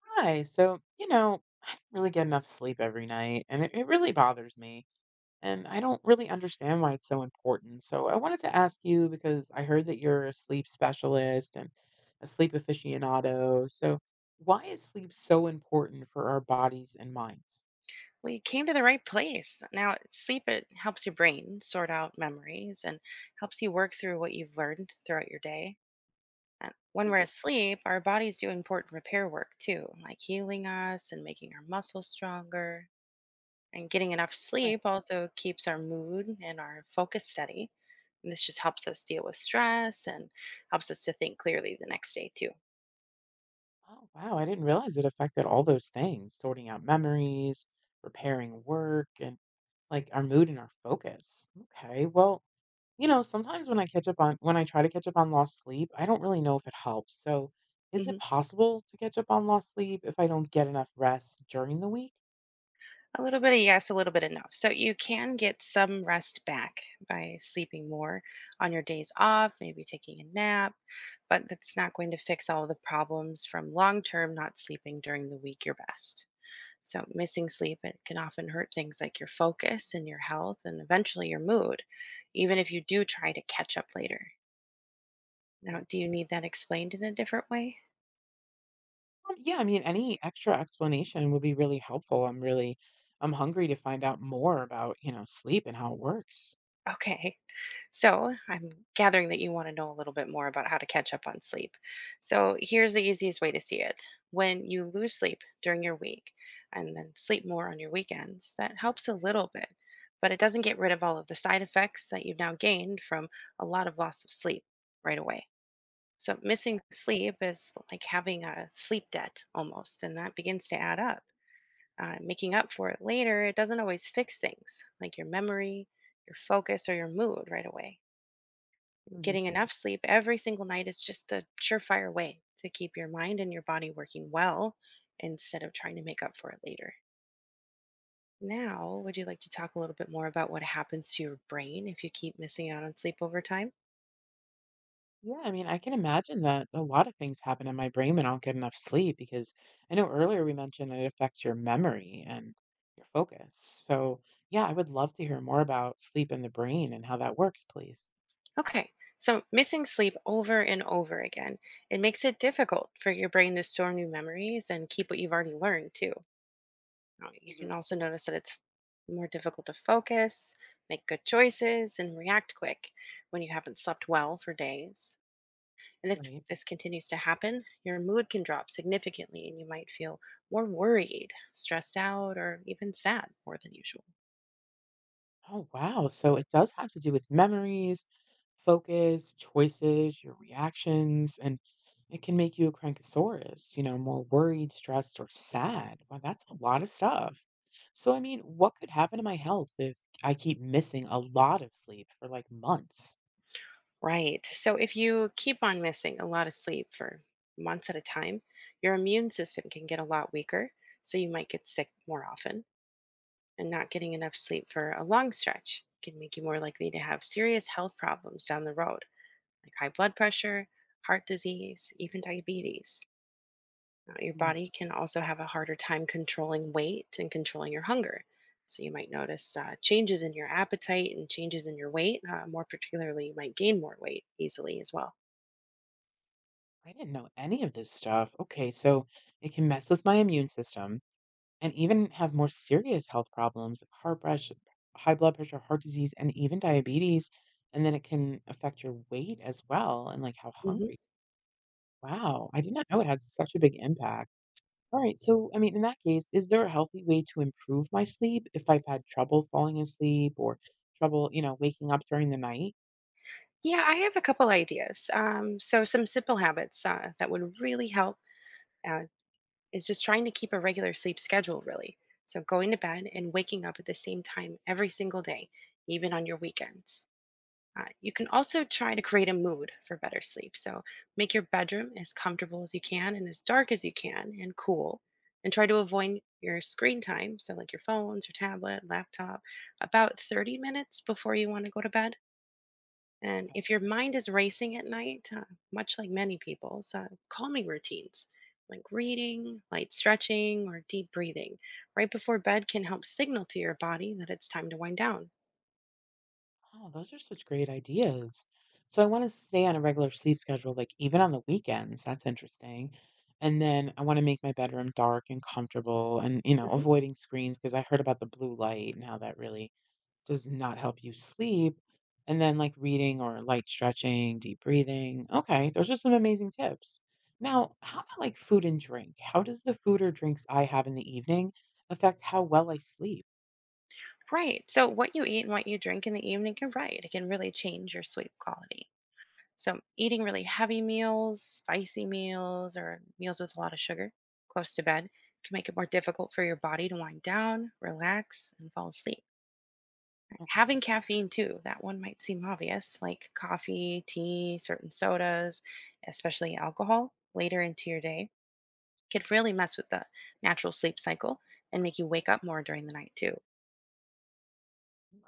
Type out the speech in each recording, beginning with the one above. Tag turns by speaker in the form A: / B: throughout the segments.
A: Hi. So, you know, I don't really get enough sleep every night, and it really bothers me. And I don't really understand why it's so important. So, I wanted to ask you because I heard that you're a sleep specialist and a sleep aficionado. So, why is sleep so important for our bodies and minds?
B: Well, you came to the right place. Now, sleep it helps your brain sort out memories and helps you work through what you've learned throughout your day. And when we're asleep, our bodies do important repair work too, like healing us and making our muscles stronger. And getting enough
A: Right.
B: sleep also keeps our mood and our focus steady. And this just helps us deal with stress and helps us to think clearly the next day too.
A: Oh, wow. I didn't realize it affected all those things, sorting out memories, repairing work, and like our mood and our focus. Okay. Well, you know, sometimes when I try to catch up on lost sleep, I don't really know if it helps. So, is it possible to catch up on lost sleep if I don't get enough rest during the week?
B: A little bit of yes, a little bit of no. So you can get some rest back by sleeping more on your days off, maybe taking a nap, but that's not going to fix all the problems from long term not sleeping during the week your best. So missing sleep it can often hurt things like your focus and your health and eventually your mood, even if you do try to catch up later.
A: Right.
B: Now, do you need that explained in a different way?
A: Yeah, I mean, any extra explanation would be really helpful. I'm hungry to find out more about, you know, sleep and how it works.
B: Okay. So I'm gathering that you want to know a little bit more about how to catch up on sleep. So here's the easiest way to see it. When you lose sleep during your week and then sleep more on your weekends, that helps a little bit, but it doesn't get rid of all of the side effects that you've now gained from a lot of loss of sleep right away. So missing
A: Okay.
B: sleep is like having a sleep debt almost, and that begins to add up. Making up for it later, it doesn't always fix things like your memory, your focus, or your mood right away.
A: Mhm.
B: Getting enough sleep every single night is just the surefire way to keep your mind and your body working well instead of trying to make up for it later. Now, would you like to talk a little bit more about what happens to your brain if you keep missing out on sleep over time?
A: Yeah, I mean, I can imagine that a lot of things happen in my brain when I don't get enough sleep because I know earlier we mentioned it affects your memory and your focus. So, yeah, I would love to hear more about sleep in the brain and how that works, please.
B: Okay, so missing sleep over and over again, it makes it difficult for your brain to store new memories and keep what you've already learned too. You can
A: Mhm.
B: also notice that it's more difficult to focus, make good choices, and react quick when you haven't slept well for days. And if
A: Right.
B: this continues to happen, your mood can drop significantly and you might feel more worried, stressed out, or even sad more than usual.
A: Oh, wow. So
B: Oh,
A: it does have to do with memories, focus, choices, your reactions, and it can make you a crankosaurus, you know, more worried, stressed, or sad. Wow, that's a lot of stuff. So, I mean, what could happen to my health if I keep missing a lot of sleep for like months?
B: right. So if you keep on missing a lot of sleep for months at a time, your immune system can get a lot weaker. So you might get sick more often. And not getting enough sleep for a long stretch can make you more likely to have serious health problems down the road, like high blood pressure, heart disease, even diabetes. Now, your
A: Mm.
B: body can also have a harder time controlling weight and controlling your hunger. So, you might notice changes in your appetite and changes in your weight. More particularly, you might gain more weight easily as well.
A: I didn't know any of this stuff. Okay, so it can mess with my immune system, and even have more serious health problems, like heart pressure, high blood pressure, heart disease, and even diabetes. And then it can affect your weight as well and like how
B: Hmm.
A: hungry. Wow, I did not know it had such a big impact. All right, so I mean, in that case, is there a healthy way to improve my sleep if I've had trouble falling asleep or trouble, you know, waking up during the night?
B: Yeah, I have a couple ideas. So, some simple habits that would really help uh, is just trying to keep a regular sleep schedule, really. So, going to bed and waking up at the same time every single day, even on your weekends. You can also try to create a mood for better sleep. So, make your bedroom as comfortable as you can and as dark as you can and cool. And try to avoid your screen time, so like your phones, your tablet, laptop, about 30 minutes before you want to go to bed. And if your mind is racing at night, much like many people's, calming routines like reading, light stretching, or deep breathing right before bed can help signal to your body that it's time to wind down.
A: Oh, those are such great ideas. So I want to stay on a regular sleep schedule, like even on the weekends. That's interesting. And then I want to make my bedroom dark and comfortable and, you know,
B: Mhm.
A: avoiding screens because I heard about the blue light and how that really does not help you sleep. And then like reading or light stretching, deep breathing. Okay, those are some amazing tips. Now, how about like food and drink? How does the food or drinks I have in the evening affect how well I sleep?
B: Right. So, what you eat and what you drink in the evening, you're right, it can really change your sleep quality. So, eating really heavy meals, spicy meals, or meals with a lot of sugar close to bed can make it more difficult for your body to wind down, relax, and fall asleep.
A: Okay.
B: Having caffeine too, that one might seem obvious, like coffee, tea, certain sodas, especially alcohol later into your day, could really mess with the natural sleep cycle and make you wake up more during the night too.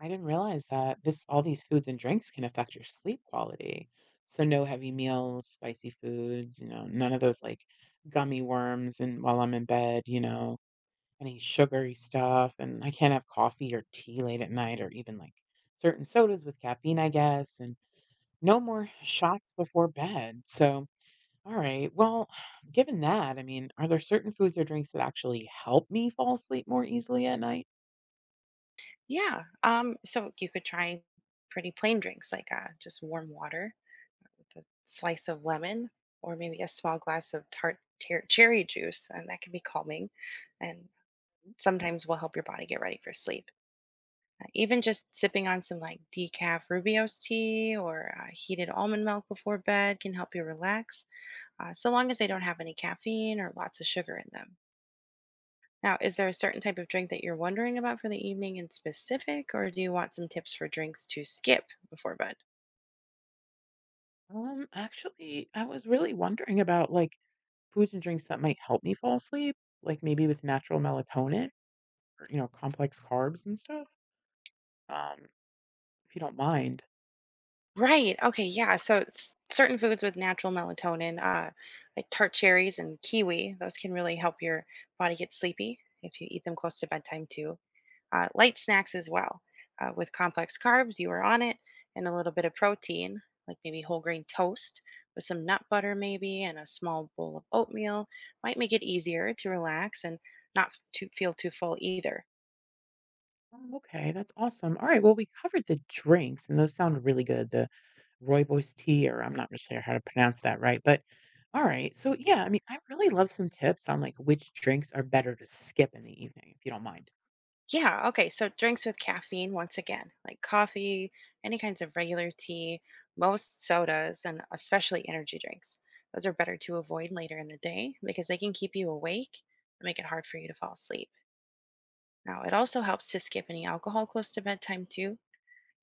A: I didn't realize that this all these foods and drinks can affect your sleep quality. So no heavy meals, spicy foods, you know, none of those like gummy worms and while I'm in bed, you know, any sugary stuff. And I can't have coffee or tea late at night or even like certain sodas with caffeine, I guess, and no more shots before bed. So all right. Well, given that, I mean, are there certain foods or drinks that actually help me fall asleep more easily at night?
B: Yeah. So you could try pretty plain drinks like just warm water with a slice of lemon or maybe a small glass of tart cherry juice, and that can be calming and sometimes will help your body get ready for sleep. Even just sipping on some like decaf Rubio's tea or heated almond milk before bed can help you relax, so long as they
A: Ooh.
B: don't have any caffeine or lots of sugar in them. Now, is there a certain type of drink that you're wondering about for the evening in specific, or do you want some tips for drinks to skip before bed?
A: Actually, I was really wondering about like foods and drinks that might help me fall asleep, like maybe with natural melatonin or, you know, complex carbs and stuff. Um, if you don't mind.
B: Right. Okay. Yeah. So it's certain foods with natural melatonin, like tart cherries and kiwi, those can really help your body get sleepy if you eat them close to bedtime too. Light snacks as well, with complex carbs, you are on it, and a little bit of protein, like maybe whole grain toast with some nut butter maybe, and a small bowl of oatmeal might make it easier to relax and not to feel too full either.
A: Okay, that's awesome. All right, well, we covered the drinks and those sound really good. The Rooibos tea, or I'm not really sure how to pronounce that right, but alright. So, yeah, I mean, I really love some tips on, like, which drinks are better to skip in the evening, if you don't mind.
B: Yeah, okay. So drinks with caffeine, once again, like coffee, any kinds of regular tea, most sodas, and especially energy drinks. Those are better to avoid later in the day because they can keep you awake and make it hard for you to fall asleep. Now, it also helps to skip any alcohol close to bedtime, too.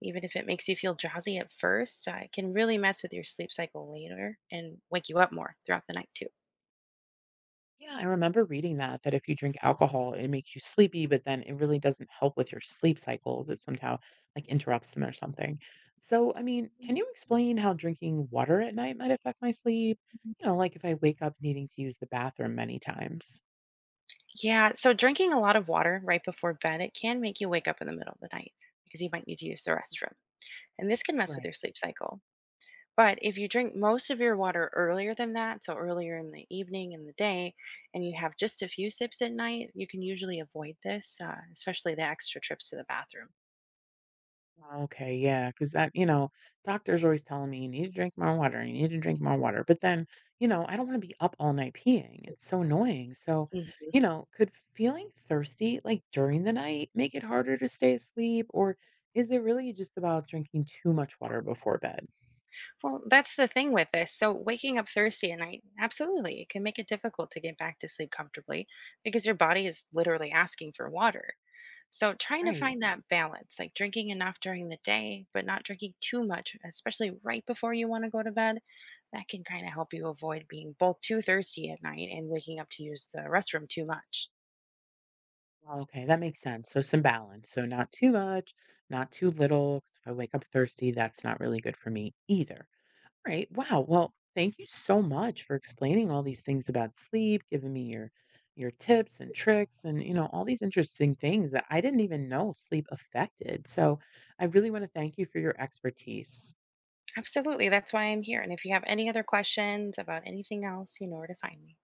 B: Even if it makes you feel drowsy at first, it can really mess with your sleep cycle later and wake you up more throughout the night, too.
A: Yeah, I remember reading that, that if you drink alcohol, it makes you sleepy, but then it really doesn't help with your sleep cycles. It somehow, like, interrupts them or something. So, I mean, can you explain how drinking water at night might affect my sleep? You know, like, if I wake up needing to use the bathroom many times.
B: Yeah, so drinking a lot of water right before bed, it can make you wake up in the middle of the night because you might need to use the restroom. And this can mess with
A: Right.
B: your sleep cycle. But if you drink most of your water earlier than that, so earlier in the evening and the day, and you have just a few sips at night, you can usually avoid this, especially the extra trips to the bathroom.
A: Okay, yeah, 'cause that you know, doctor's always telling me, "You need to drink more water, you need to drink more water." But then, you know, I don't wanna be up all night peeing, it's so annoying, so,
B: Mhm.
A: you know, could feeling thirsty, like, during the night make it harder to stay asleep, or is it really just about drinking too much water before bed?
B: Well, that's the thing with this. So, waking up thirsty at night, absolutely, it can make it difficult to get back to sleep comfortably because your body is literally asking for water. So, trying to
A: Right.
B: find that balance, like drinking enough during the day, but not drinking too much, especially right before you want to go to bed, that can kind of help you avoid being both too thirsty at night and waking up to use the restroom too much.
A: Well, okay, that makes sense, so some balance, so not too much, not too little, 'cause if I wake up thirsty, that's not really good for me either. All right. Wow. Well, thank you so much for explaining all these things about sleep, giving me your tips and tricks and you know all these interesting things that I didn't even know sleep affected. So, I really want to thank you for your expertise.
B: Absolutely. That's why I'm here. And if you have any other questions about anything else, you know where to find me.